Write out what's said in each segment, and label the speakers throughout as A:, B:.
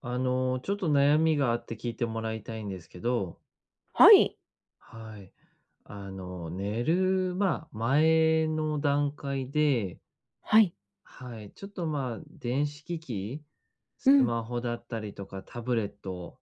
A: ちょっと悩みがあって聞いてもらいたいんですけど、
B: はい。
A: はい。寝る、前の段階で、
B: はい。
A: はい、ちょっと電子機器、
B: う
A: ス
B: ん。
A: マホだったりとかタブレット、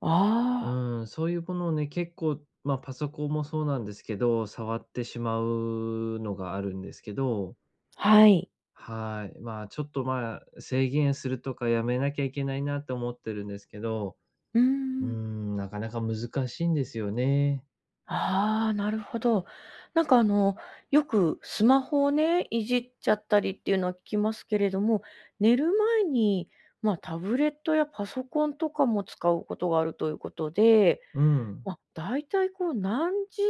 B: ああ、
A: うん、そういうものをね、結構、パソコンもそうなんですけど、触ってしまうのがあるんですけど、
B: はい。
A: はい。ちょっと制限するとかやめなきゃいけないなって思ってるんですけど、
B: うー
A: うー
B: ん。
A: ん、なかなか難しいんですよね。
B: ああ、なるほど。なんかあの、よくスマホをね、いじっちゃったりっていうのは聞きますけれども、寝る前に、タブレットやパソコンとかも使うことがあるということで、
A: うん。
B: まあ、だいたいこう何時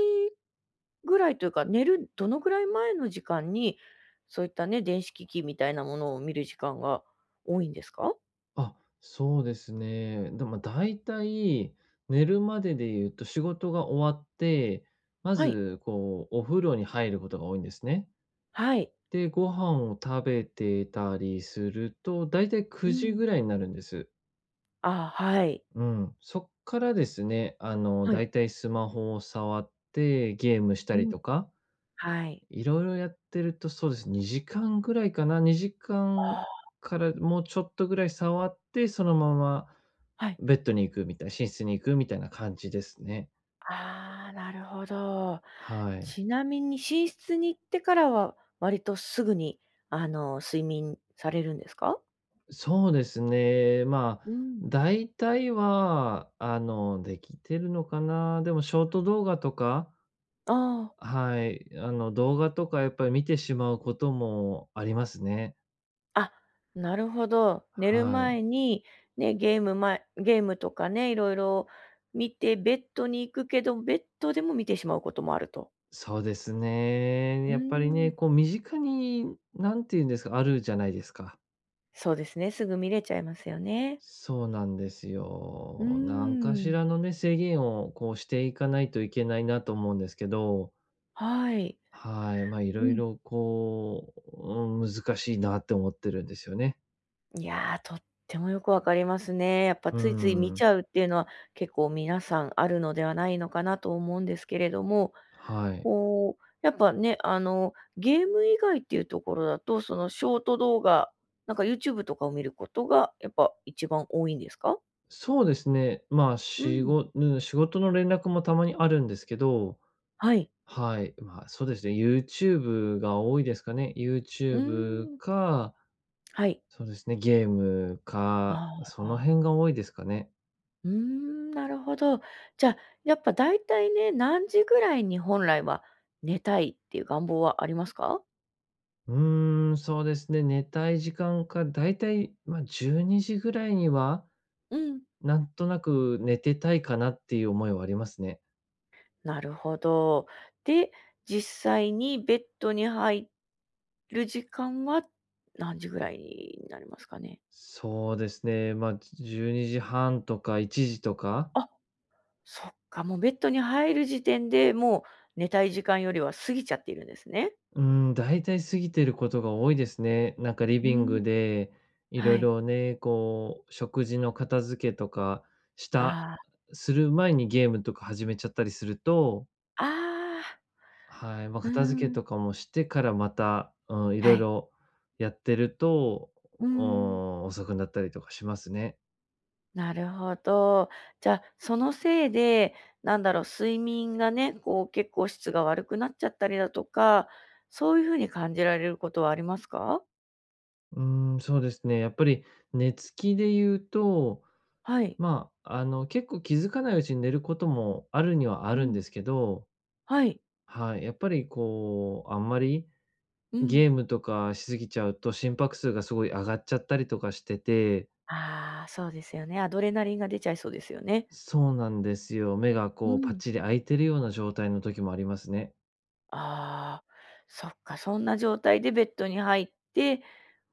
B: ぐらいというか、寝るどのぐらい前の時間に、そういったね、電子機器みたいなものを見る時間が多いんですか？
A: あ、そうですね。でも大体、寝るまでで言うと仕事が終わって、ま
B: はい。
A: ずこうお風呂に入ることが多いんですね。
B: はい。
A: で、ご飯を食べてたりすると、大体
B: う
A: 9時
B: ん。
A: ぐらいになるんです。
B: あはい。
A: うん。そっからですね、
B: はい。
A: 大体スマホを触ってゲームした
B: う
A: り
B: ん。
A: とか
B: はい。
A: いろいろやってると、そうですね、2時間ぐらいかな、2時間
B: あ
A: からもうちょっとぐらい触って、そのまま
B: あ、はい。
A: ベッドに行くみたい、寝室に行くみたいな感じですね。
B: ああ、なるほど。
A: はい。
B: ちなみに寝室に行ってからは、割とすぐに、あの、睡眠されるんですか？
A: そうですね、
B: うん。
A: 大体は、できてるのかな。でもショート動画とか、
B: ああ、
A: はい、動画とかやっぱり見てしまうこともありますね。
B: あ、なるほど。寝る
A: はい。
B: 前に、ね、ゲームとかね、いろいろ見てベッドに行くけど、ベッドでも見てしまうこともあると。
A: そうですね。
B: う
A: やっぱり
B: ーん。
A: ね、こう身近に、何て言うんですか、あるじゃないですか。
B: そうですね、すぐ見れちゃいますよね。
A: そうなんです
B: うー
A: よ。何かし
B: ん。
A: らのね、制限をこうしていかないといけないなと思うんですけど、
B: はい。
A: はい、い
B: う
A: ろい
B: ん。
A: ろこう、うん、難しいなって思ってるんですよね。
B: いやー、とってもよくわかりますね。やっぱ
A: う
B: ついつい見
A: ん、
B: ちゃうっていうのは、結構皆さんあるのではないのかなと思うんですけれども、
A: はい。
B: こう、やっぱね、あの、ゲーム以外っていうところだと、そのショート動画、なんか YouTube とかを見ることが、やっぱ一番多いんですか？
A: そうですね、
B: うん、
A: 仕事の連絡もたまにあるんですけど、
B: はい。
A: はい、そうですね、YouTube が多いですかね。
B: うー
A: YouTube
B: ん、
A: か
B: はい。
A: そうですね、ゲーム
B: あ
A: か、その
B: あ、
A: 辺が多いですかね。
B: うーん、なるほど。じゃあ、やっぱだいたいね、何時ぐらいに本来は寝たいっていう願望はありますか？
A: うーん、そうですね、寝たい時間か、だいたい、12時ぐらいには、
B: うん。
A: なんとなく寝てたいかなっていう思いはありますね。
B: なるほど。で、実際にベッドに入る時間は何時ぐらいになりますかね？
A: そうですね、12時半とか1時とか、
B: あ、そっか、もうベッドに入る時点で、もう寝たい時間よりは過ぎちゃっているんですね。
A: うん、だいたい過ぎてることが多いですね。なんかリ
B: う
A: ビン
B: ーん。
A: グで、いろ
B: は
A: い
B: い。
A: ろね、こう、食事の片付けとかした
B: あ
A: する前にゲームとか始めちゃったりすると、
B: あ、ああ、
A: はい、
B: うー
A: 片付け
B: ん、
A: とかもしてからまた、うん、い
B: は
A: ろい
B: い。
A: ろやってると、
B: うー
A: う
B: ん、
A: ん、遅くなったりとかしますね。
B: なるほど。じゃあ、そのせいで、なんだろう、睡眠がね、こう、結構質が悪くなっちゃったりだとか、そういう風に感じられることはありますか？
A: うーん、そうですね。やっぱり寝つきで言うと、
B: はい。
A: 結構気づかないうちに寝ることもあるにはあ
B: う
A: るん
B: ん、
A: ですけど、
B: はい。
A: はい、やっぱりこう、あんまり
B: うん。
A: ゲームとかしすぎちゃうと心拍数がすごい上がっちゃったりとかしてて、
B: ああ、そうですよね。アドレナリンが出ちゃいそうですよね。
A: そうなんですよ。目が
B: う
A: こうパッ
B: ん。
A: チリ開いてるような状態の時もありますね。
B: ああ、そっか、そんな状態でベッドに入って、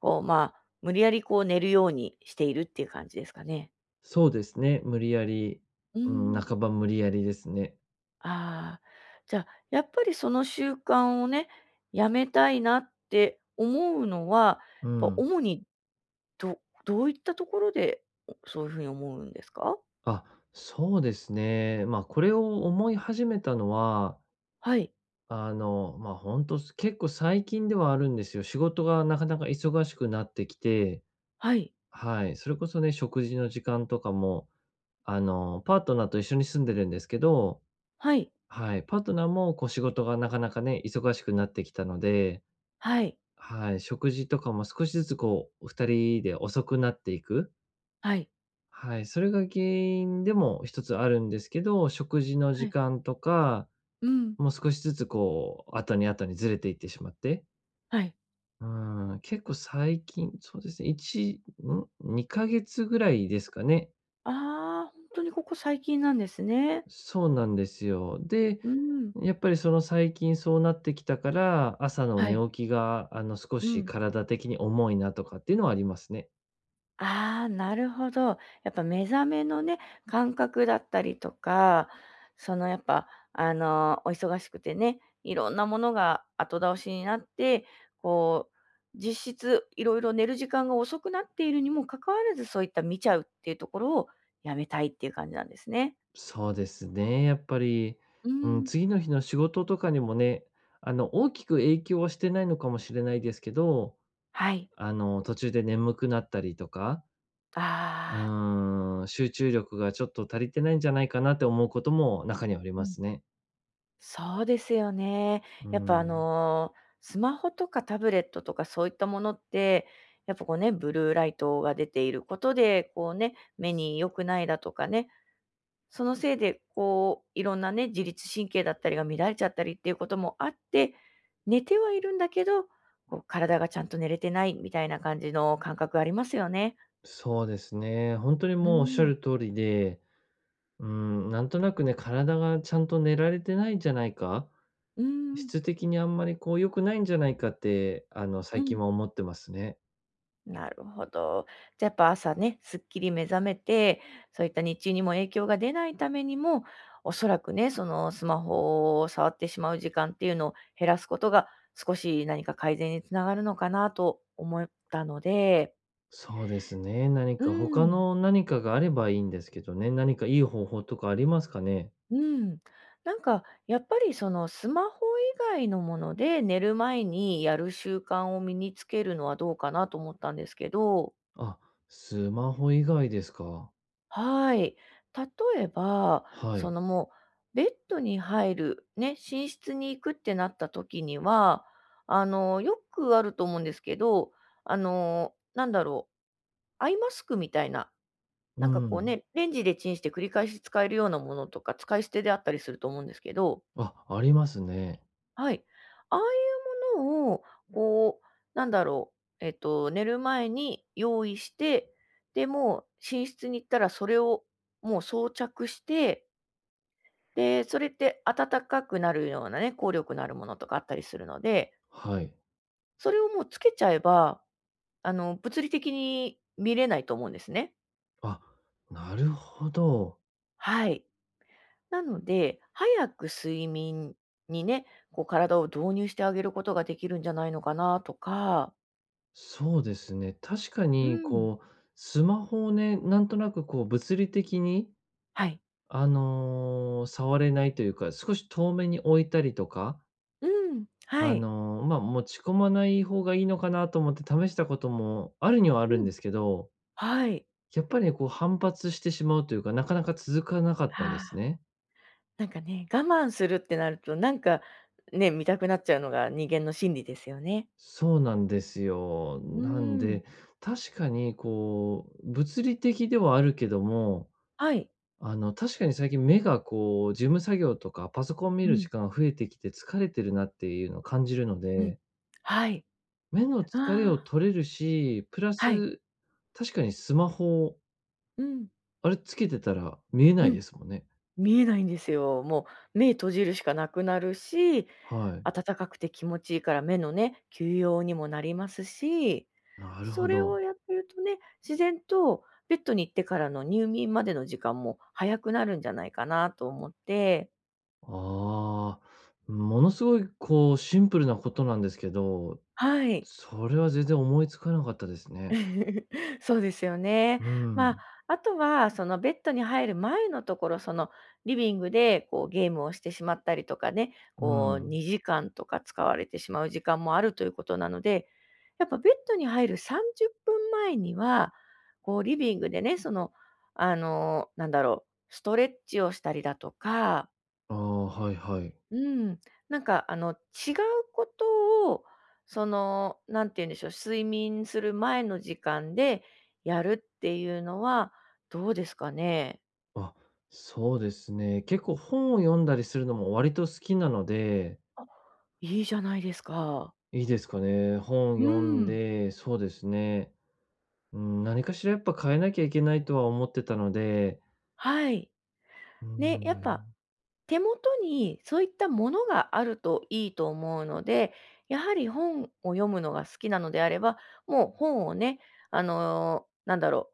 B: こう、まあ、無理やりこう寝るようにしているっていう感じですかね。
A: そうですね、無理やり、
B: う
A: うん、
B: ん。
A: 半ば無理やりですね。
B: ああ、じゃあ、やっぱりその習慣をね、やめたいなって思うのは、
A: う
B: やっぱ、
A: ん。
B: 主に、どどういったところで、そういうふうに思うんですか？
A: あ、そうですね。これを思い始めたのは、
B: はい、
A: 本当結構最近ではあるんですよ。仕事がなかなか忙しくなってきて、
B: はい、
A: はい、それこそね、食事の時間とかも、パートナーと一緒に住んでるんですけど、
B: はい、
A: はい、パートナーもこう仕事がなかなかね、忙しくなってきたので、
B: はい、
A: はい、食事とかも少しずつこう、2人で遅くなっていく、
B: はい、
A: はい、それが原因でも一つあるんですけど、食事の
B: は
A: 時
B: い。
A: 間とか、
B: うん。
A: もう少しずつこう、後に後にずれていってしまって、
B: はい。
A: うーん、結構最近、そうですね、1、ん、2ヶ月ぐらいですかね。
B: ああ、本当にここ最近なんですね。
A: そうなんですよ。で、
B: うん。
A: やっぱりその最近そうなってきたから、朝の
B: は
A: 寝
B: い。
A: 起きが、少
B: う
A: し
B: ん。
A: 体的に重いなとかっていうのはありますね。
B: ああ、なるほど。やっぱ目覚めのね、感覚だったりとか、そのやっぱ、あの、お忙しくてね、いろんなものが後倒しになって、こう、実質いろいろ寝る時間が遅くなっているにもかかわらず、そういった見ちゃうっていうところをやめたいっていう感じなんですね。
A: そうですね、やっぱり、
B: う
A: うん、
B: ん。
A: 次の日の仕事とかにもね、大きく影響はしてないのかもしれないですけど、
B: はい。
A: 途中で眠くなったりとか、
B: ああ。
A: うん、集中力がちょっと足りてないんじゃないかなって思うことも中にはありますね。
B: そうですよね。
A: う
B: やっぱあ
A: ん、
B: の、スマホとかタブレットとかそういったものって、やっぱこうね、ブルーライトが出ていることで、こうね、目に良くないだとかね、そのせいでこう、いろんなね、自律神経だったりが乱れちゃったりっていうこともあって、寝てはいるんだけど、こう体がちゃんと寝れてないみたいな感じの感覚ありますよね。
A: そうですね。本当に
B: う
A: もうおっしゃ
B: ん、
A: る通りで、うん、なんとなくね、体がちゃんと寝られてないんじゃないか、
B: うん、
A: 質的にあんまりこう良くないんじゃないかって、
B: う
A: 最近
B: ん。
A: は思ってますね。
B: なるほど。じゃ、やっぱ朝ね、すっきり目覚めて、そういった日中にも影響が出ないためにも、おそらくね、そのスマホを触ってしまう時間っていうのを減らすことが、少し何か改善につながるのかなと思ったので、
A: そうですね。何
B: う
A: か他
B: ん、
A: の何かがあればいいんですけどね。何かいい方法とかありますかね？
B: うーん。なんかやっぱりそのスマホ以外のもので、寝る前にやる習慣を身につけるのはどうかなと思ったんですけど。
A: あ、スマホ以外ですか。
B: はい。例えば、
A: は
B: そ
A: い。
B: のもう、ベッドに入る、ね、寝室に行くってなった時には、あの、よくあると思うんですけど、あの、なんだろう、アイマスクみたいな、
A: う
B: なんかこう
A: ん。
B: ね、レンジでチンして繰り返し使えるようなものとか、使い捨てであったりすると思うんですけど、
A: あ、ありますね。
B: はい。ああいうものを、こう、なんだろう、寝る前に用意して、で、もう寝室に行ったらそれをもう装着して、で、それって温かくなるようなね、効力のあるものとかあったりするので、
A: はい。
B: それをもうつけちゃえば、あの、物理的に見れないと思うんですね。
A: あ、なるほど。
B: はい。なので、早く睡眠にね、こう体を導入してあげることができるんじゃないのかなとか、
A: そうですね。確か
B: う
A: に
B: ん。
A: こう、スマホをね、なんとなくこう物理的に、
B: はい。
A: 触れないというか、少し遠めに置いたりとか
B: うん。はい。
A: 持ち込まない方がいいのかなと思って試したこともあるにはある
B: う
A: ん
B: ん。
A: ですけど、
B: はい。
A: やっぱりねこう反発してしまうというか、なかなか続かなかっ
B: は
A: たんです
B: あ。
A: ね。
B: なんかね、我慢するってなると、なんかね、見たくなっちゃうのが人間の心理ですよね。
A: そうなんですよ。
B: う
A: な
B: ー
A: ん
B: ん。
A: で、確かにこう、物理的ではあるけども、
B: はい。
A: 確かに最近目がこう、事務作業とかパソコン見
B: う
A: る
B: ん。
A: 時間が増えてきて疲れてるなっていうのを感じるの
B: うん。
A: で、
B: はい。
A: 目の疲れを
B: ああ、
A: 取れるし、プラ
B: はい。
A: ス、確かにスマホ
B: うん、
A: あれつけてたら見え
B: う
A: ない
B: ん。
A: ですもんね。
B: 見えないんですよ。もう目閉じるしかなくなるし、
A: はい。
B: 暖かくて気持ちいいから目のね、休養にもなりますし、
A: なる
B: そ
A: ほ
B: れを
A: ど。
B: やってるとね、自然とベッドに行ってからの入眠までの時間も早くなるんじゃないかなと思って。
A: ああ、ものすごいこうシンプルなことなんですけど、
B: はい。
A: それは全然思いつかなかったですね。
B: そうですよね。
A: う
B: まあ、
A: ん、
B: あとはそのベッドに入る前のところ、そのリビングでこうゲームをしてしまったりとかね、
A: う
B: こう
A: ん。
B: 2時間とか使われてしまう時間もあるということなので、やっぱベッドに入る30分前には、こうリビングでね、その、あの、なんだろう、ストレッチをしたりだとか、
A: ああ、はいはい。
B: うん。なんか、あの、違うことを、その、なんて言うんでしょう、睡眠する前の時間でやるっていうのはどうですかね？
A: あ、そうですね。結構本を読んだりするのも割と好きなので、
B: いいじゃないですか。
A: いいですかね。本
B: う
A: 読
B: ー
A: ん
B: ん。
A: で、そうですね。うん、何かしらやっぱ変えなきゃいけないとは思ってたので、
B: はい。
A: うー
B: ね、やっぱ
A: ん、
B: 手元にそういったものがあるといいと思うので、やはり本を読むのが好きなのであれば、もう本をね、あの、なんだろ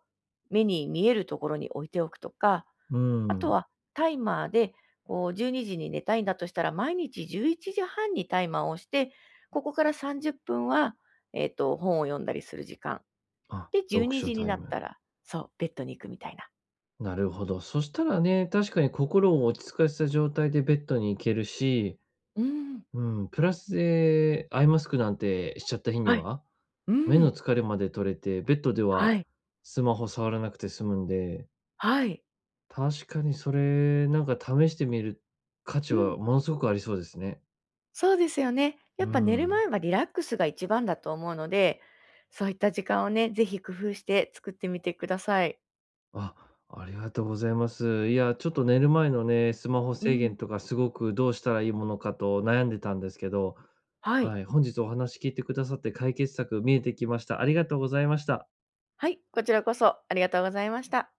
B: う、目に見えるところに置いておくとか、
A: う
B: あと
A: ー
B: はタイマーで、こう12時にじに寝たいんだとしたら、毎日11時半にタイマーをして、ここから30分は、本を読んだりする時間。
A: あ、
B: で、12
A: 読
B: 時
A: 書
B: にじに
A: タイ
B: なっ
A: ム。
B: たら、そう、ベッドに行くみたいな。
A: なるほど。そしたらね、確かに心を落ち着かせた状態でベッドに行けるし、
B: うーん。
A: うん、プラスでアイマスクなんてしちゃった日に
B: はい。
A: は、
B: う
A: 目
B: ー
A: の
B: ん。
A: 疲れまで取れて、ベッドでは
B: はい。
A: スマホ触らなくて済むんで、
B: はい。
A: 確かにそれ、なんか試してみる価値
B: うん、
A: はものすごくありそうですね。
B: そうですよね。や
A: う
B: っぱ寝る
A: ん。
B: 前はリラックスが一番だと思うので、そういった時間をね、ぜひ工夫して作ってみてください。
A: あ、ありがとうございます。いや、ちょっと寝る前のね、スマホ
B: う
A: 制
B: ん、
A: 限とかすごくどうしたらいいものかと悩んでたんですけど、
B: はい。
A: はい、本日お話聞いてくださって解決策見えてきました。ありがとうございました。
B: はい、こちらこそありがとうございました。